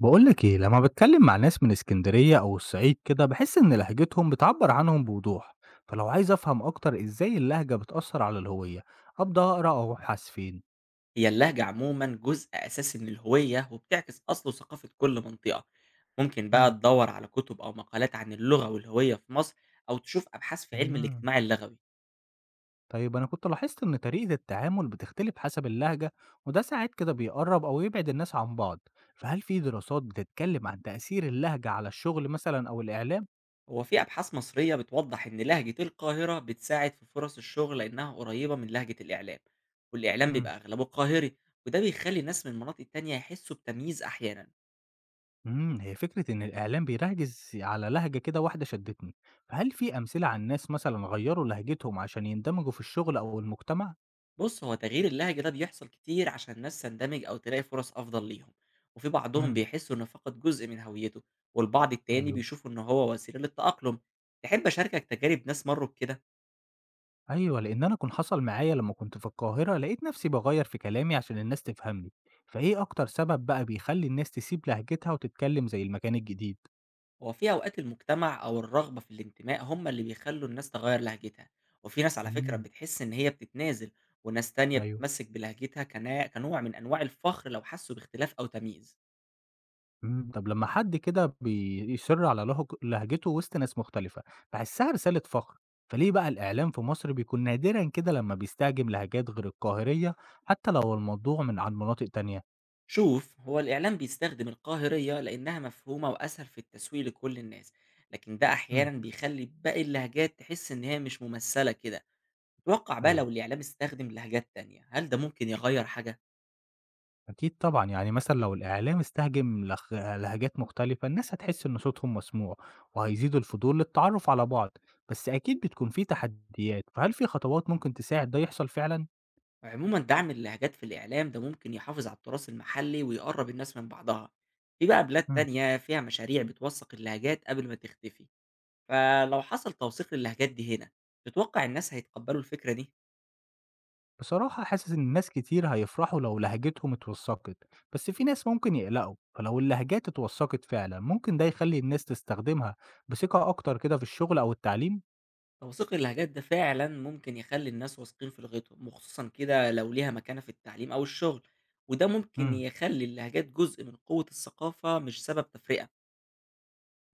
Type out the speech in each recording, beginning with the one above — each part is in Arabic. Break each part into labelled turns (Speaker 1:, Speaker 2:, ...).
Speaker 1: بقولك ايه لما بتكلم مع ناس من اسكندرية او الصعيد كده بحس ان لهجتهم بتعبر عنهم بوضوح. فلو عايز افهم اكتر ازاي اللهجة بتأثر على الهوية ابدأ اقرأ او ابحث فين؟
Speaker 2: هي اللهجة عمومًا جزء أساسي من الهوية، وبتعكس أصل وثقافة كل منطقة. ممكن بقى
Speaker 1: مم.
Speaker 2: تدوّر على كتب أو مقالات عن اللغة والهوية في مصر، أو تشوف أبحاث في علم
Speaker 1: مم.
Speaker 2: الاجتماع اللغوي.
Speaker 1: طيب انا كنت لاحظت ان طريقة التعامل بتختلف حسب اللهجة، وده ساعات كده بيقرب او يبعد الناس عن بعض، فهل في دراسات بتتكلم عن تأثير اللهجة على الشغل مثلا او الاعلام؟
Speaker 2: هو في أبحاث مصرية بتوضح إن لهجة القاهرة بتساعد في فرص الشغل لأنها قريبة من لهجة الإعلام، والإعلام بيبقى أغلبه قاهري، وده بيخلي ناس من مناطق تانية يحسوا بتمييز أحيانًا.
Speaker 1: إمم، هي فكرة إن الإعلام بيركّز على لهجة كده واحدة شدّتني، فهل في أمثلة عن ناس مثلًا غيّروا لهجتهم عشان يندمجوا في الشغل أو المجتمع؟
Speaker 2: بُص، هو تغيير اللهجة ده بيحصل كتير عشان الناس تندمج أو تلاقي فرص أفضل ليهم، وفي بعضهم
Speaker 1: إمم،
Speaker 2: بيحسوا إنه فقد جزء من هويته، والبعض التاني
Speaker 1: أيوه،
Speaker 2: بيشوفوا إن هو وسيلة للتأقلم. تحب أشاركك تجارب ناس مرّوا بكده؟
Speaker 1: أيوه، لإن أنا كان حصل معايا لمّا كنت في القاهرة لقيت نَفْسي باغيّر في كلامي عشان الناس تفهمني، فإيه أكتر سبب بقى بيخلّي الناس تسيب لهجتها وتتكلّم زي المكان الجديد؟
Speaker 2: هو في أوقات المجتمع أو الرغبة في الانتماء هم اللي بيخلّوا الناس تغيّر لهجتها، وفي ناس على فكرة
Speaker 1: إمم،
Speaker 2: بتحس إن هي بتتنازل، وناس تانية
Speaker 1: أيوه.
Speaker 2: بتتمسك بلهجتها كنوع من أنواع الفخر لو حسوا باختلاف أو تمييز.
Speaker 1: إمم، طب لمّا حد كده بيصِرّ على لهجته وسط ناس مختلفة، باحسّها رسالة فخر، فليه بقى الإعلام في مصر بيكون نادرًا كده لمّا بيستخدم لهجات غير القاهرية، حتى لو الموضوع عن مناطق تانية؟
Speaker 2: شوف، هو الإعلام بيستخدم القاهرية لأنها مفهومة وأسهل في التسويق لكل الناس، لكن ده
Speaker 1: إمم،
Speaker 2: أحيانا بيخلي باقي اللهجات تحس إن هي مش ممثلة كده. توقع بقى،
Speaker 1: أيوه،
Speaker 2: لو الإعلام استخدم لهجات تانية هل ده ممكن يغير حاجة؟
Speaker 1: أكيد طبعًا، يعني مثلًا لو الإعلام استخدم لهجات مختلفة، الناس هتحس إن صوتهم مسموع، وهيزيد الفضول للتعرّف على بعض، بس أكيد بتكون في تحديات، فهل في خطوات ممكن تساعد ده يحصل فعلًا؟
Speaker 2: عموما دعم اللهجات في الإعلام ده ممكن يحافظ على التراث المحلي ويقرب الناس من بعضها. في بقى بلاد
Speaker 1: إمم.
Speaker 2: تانية فيها مشاريع بتوثق اللهجات قبل ما تختفي. فلو حصل توثيق للهجات دي هنا، تتوقع الناس هيتقبلوا الفكرة دي؟
Speaker 1: بصراحة حاسس إن ناس كتير هيفرحوا لو لهجتهم اتوثقت، بس في ناس ممكن يقلقوا، فلو اللهجات اتوثقت فعلا ممكن ده يخلي الناس تستخدمها بثقة أكتر كده في الشغل أو التعليم.
Speaker 2: توثيق اللهجات ده فعلا ممكن يخلي الناس واثقين في لغتهم، وخصوصا كده لو ليها مكانة في التعليم أو الشغل، وده ممكن
Speaker 1: امم.
Speaker 2: يخلي اللهجات جزء من قوة الثقافة مش سبب تفرقة.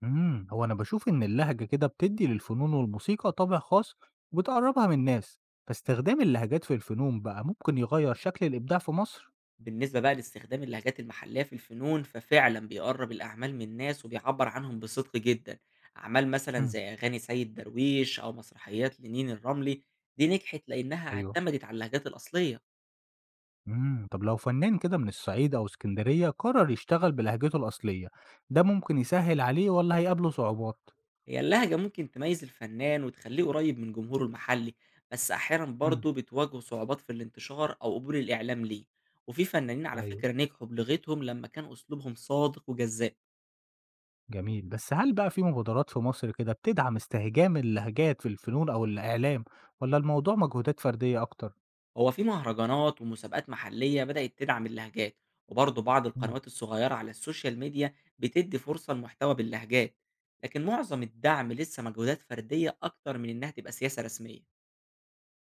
Speaker 1: امم، هو أنا بشوف إن اللهجة كده بتدي للفنون والموسيقى طابع خاص وبتقربها من الناس، فاستخدام اللهجات في الفنون بقى ممكن يغير شكل الإبداع في مصر؟
Speaker 2: بالنسبة بقى لاستخدام اللهجات المحلية في الفنون، ففعلا بيقرب الأعمال من الناس وبيعبر عنهم بصدق جدا. أعمال مثلا
Speaker 1: امم.
Speaker 2: زي أغاني سيد درويش أو مسرحيات لنين الرملي دي نجحت لأنها
Speaker 1: أيوه.
Speaker 2: اعتمدت على اللهجات الأصلية.
Speaker 1: امم، طب لو فنان كده من الصعيد أو اسكندرية قرر يشتغل بلهجته الأصلية، ده ممكن يسهل عليه ولا هيقابله صعوبات؟
Speaker 2: هي اللهجة ممكن تميز الفنان وتخليه قريب من جمهوره المحلي، بس أحيانا
Speaker 1: مم.
Speaker 2: برضه بتواجهه صعوبات في الانتشار أو قبول الإعلام ليه. وفي فنانين على
Speaker 1: أيوه،
Speaker 2: فكرة نجحوا بلغتهم لما كان أسلوبهم صادق وجذاب.
Speaker 1: جميل. بس هل بقى في مبادرات في مصر كده بتدعم استهجان اللهجات في الفنون أو الإعلام، والّا الموضوع مجهودات فردية أكتر؟
Speaker 2: هو في مهرجانات ومسابقات محلية بدأت تدعم اللهجات، وبرضه بعض
Speaker 1: إمم،
Speaker 2: القنوات الصغيرة على السوشيال ميديا بتدي فرصة لمحتوى باللهجات، لكن معظم الدعم لسه مجهودات فردية أكتر من إنها تبقى سياسة رسمية.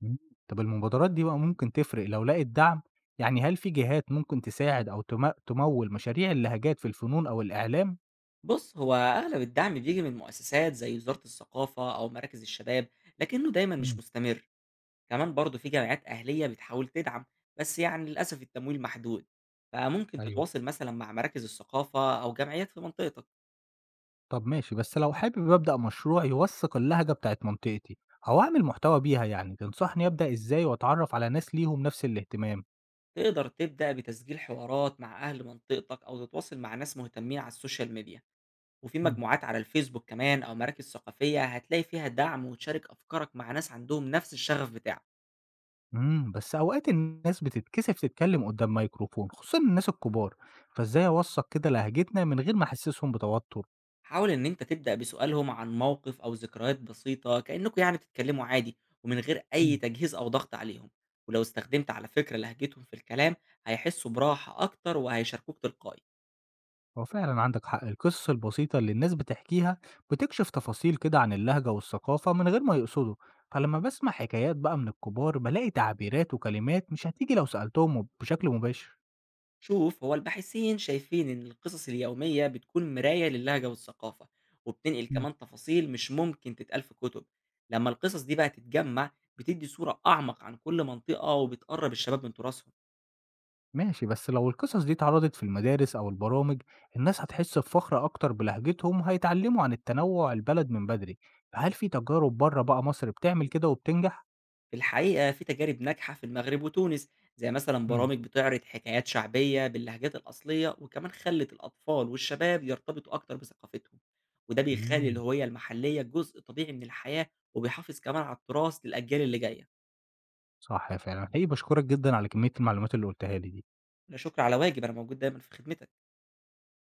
Speaker 1: إمم. طب المبادرات دي بقى ممكن تفرق لو لقت دعم؟ يعني هل في جهات ممكن تساعد أو تموِّل مشاريع اللهجات في الفنون أو الإعلام؟
Speaker 2: بص، هو أغلب الدعم بيجي من مؤسسات زي وزارة الثقافة أو مراكز الشباب، لكنه دايما مش
Speaker 1: إمم.
Speaker 2: مستمر. كمان برضه في جمعيات أهلية بتحاول تدعم، بس يعني للأسف التمويل محدود. فممكن
Speaker 1: أيوه.
Speaker 2: تتواصل مثلا مع مراكز الثقافة أو جمعيات في منطقتك.
Speaker 1: طب ماشي، بس لو حابب أبدأ مشروع يوثّق اللهجة بتاعة منطقتي أو أعمل محتوى بيها يعني، تنصحني أبدأ إزاي وأتعرّف على ناس ليهم نفس الاهتمام؟
Speaker 2: تقدر تبدأ بتسجيل حوارات مع أهل منطقتك أو تتواصل مع ناس مهتمين على السوشيال ميديا، وفي مجموعات على الفيسبوك كمان أو مراكز ثقافية هتلاقي فيها دعم وتشارك أفكارك مع ناس عندهم نفس الشغف بتاعك.
Speaker 1: إمم، بس أوقات الناس بتتكسف تتكلم قدّام مايكروفون، خصوصًا الناس الكبار، فإزاي أوثّق كده لهجتنا من غير ما أحسسهم بتوتر؟
Speaker 2: حاول إن أنت تبدأ بسؤالهم عن موقف أو ذكريات بسيطة، كأنكم يعني بتتكلموا عادي ومن غير أي
Speaker 1: إمم.
Speaker 2: تجهيز أو ضغط عليهم. ولو استخدمت على فكرة لهجتهم في الكلام، هيحسوا براحة أكتر وهيشاركوك تلقائي.
Speaker 1: هو فعلًا عندك حق، القصص البسيطة اللي الناس بتحكيها بتكشف تفاصيل كده عن اللهجة والثقافة من غير ما يقصدوا، فلمّا باسمع حكايات بقى من الكبار بالاقي تعبيرات وكلمات مش هتيجي لو سألتهم بشكل مباشر.
Speaker 2: شوف، هو الباحثين شايفين إن القصص اليومية بتكون مراية للهجة والثقافة، وبتنقل كمان تفاصيل مش ممكن تتقال في كتب. لما القصص دي بقى تتجمع بتدي صورة أعمق عن كل منطقة وبتقرب الشباب من تراثهم.
Speaker 1: ماشي، بس لو القصص دي اتعرضت في المدارس أو البرامج الناس هتحس بفخر أكتر بلهجتهم، هيتعلموا عن التنوع البلد من بدري، فهل في تجارب بره بقى مصر بتعمل كده وبتنجح؟
Speaker 2: في الحقيقة في تجارب ناجحة في المغرب وتونس، زي مثلا
Speaker 1: مم.
Speaker 2: برامج بتعرض حكايات شعبية باللهجات الأصلية، وكمان خلت الأطفال والشباب يرتبطوا أكتر بثقافتهم. وده بيخلي
Speaker 1: مم.
Speaker 2: الهوية المحلية جزء طبيعي من الحياة، وبيحافظ كمان على التراث للأجيال اللي جاية.
Speaker 1: صح فعلا، حقيقي بشكرك جدا على كمية المعلومات اللي قلتها لي دي.
Speaker 2: لا شكر على واجب، أنا موجود دايما في خدمتك.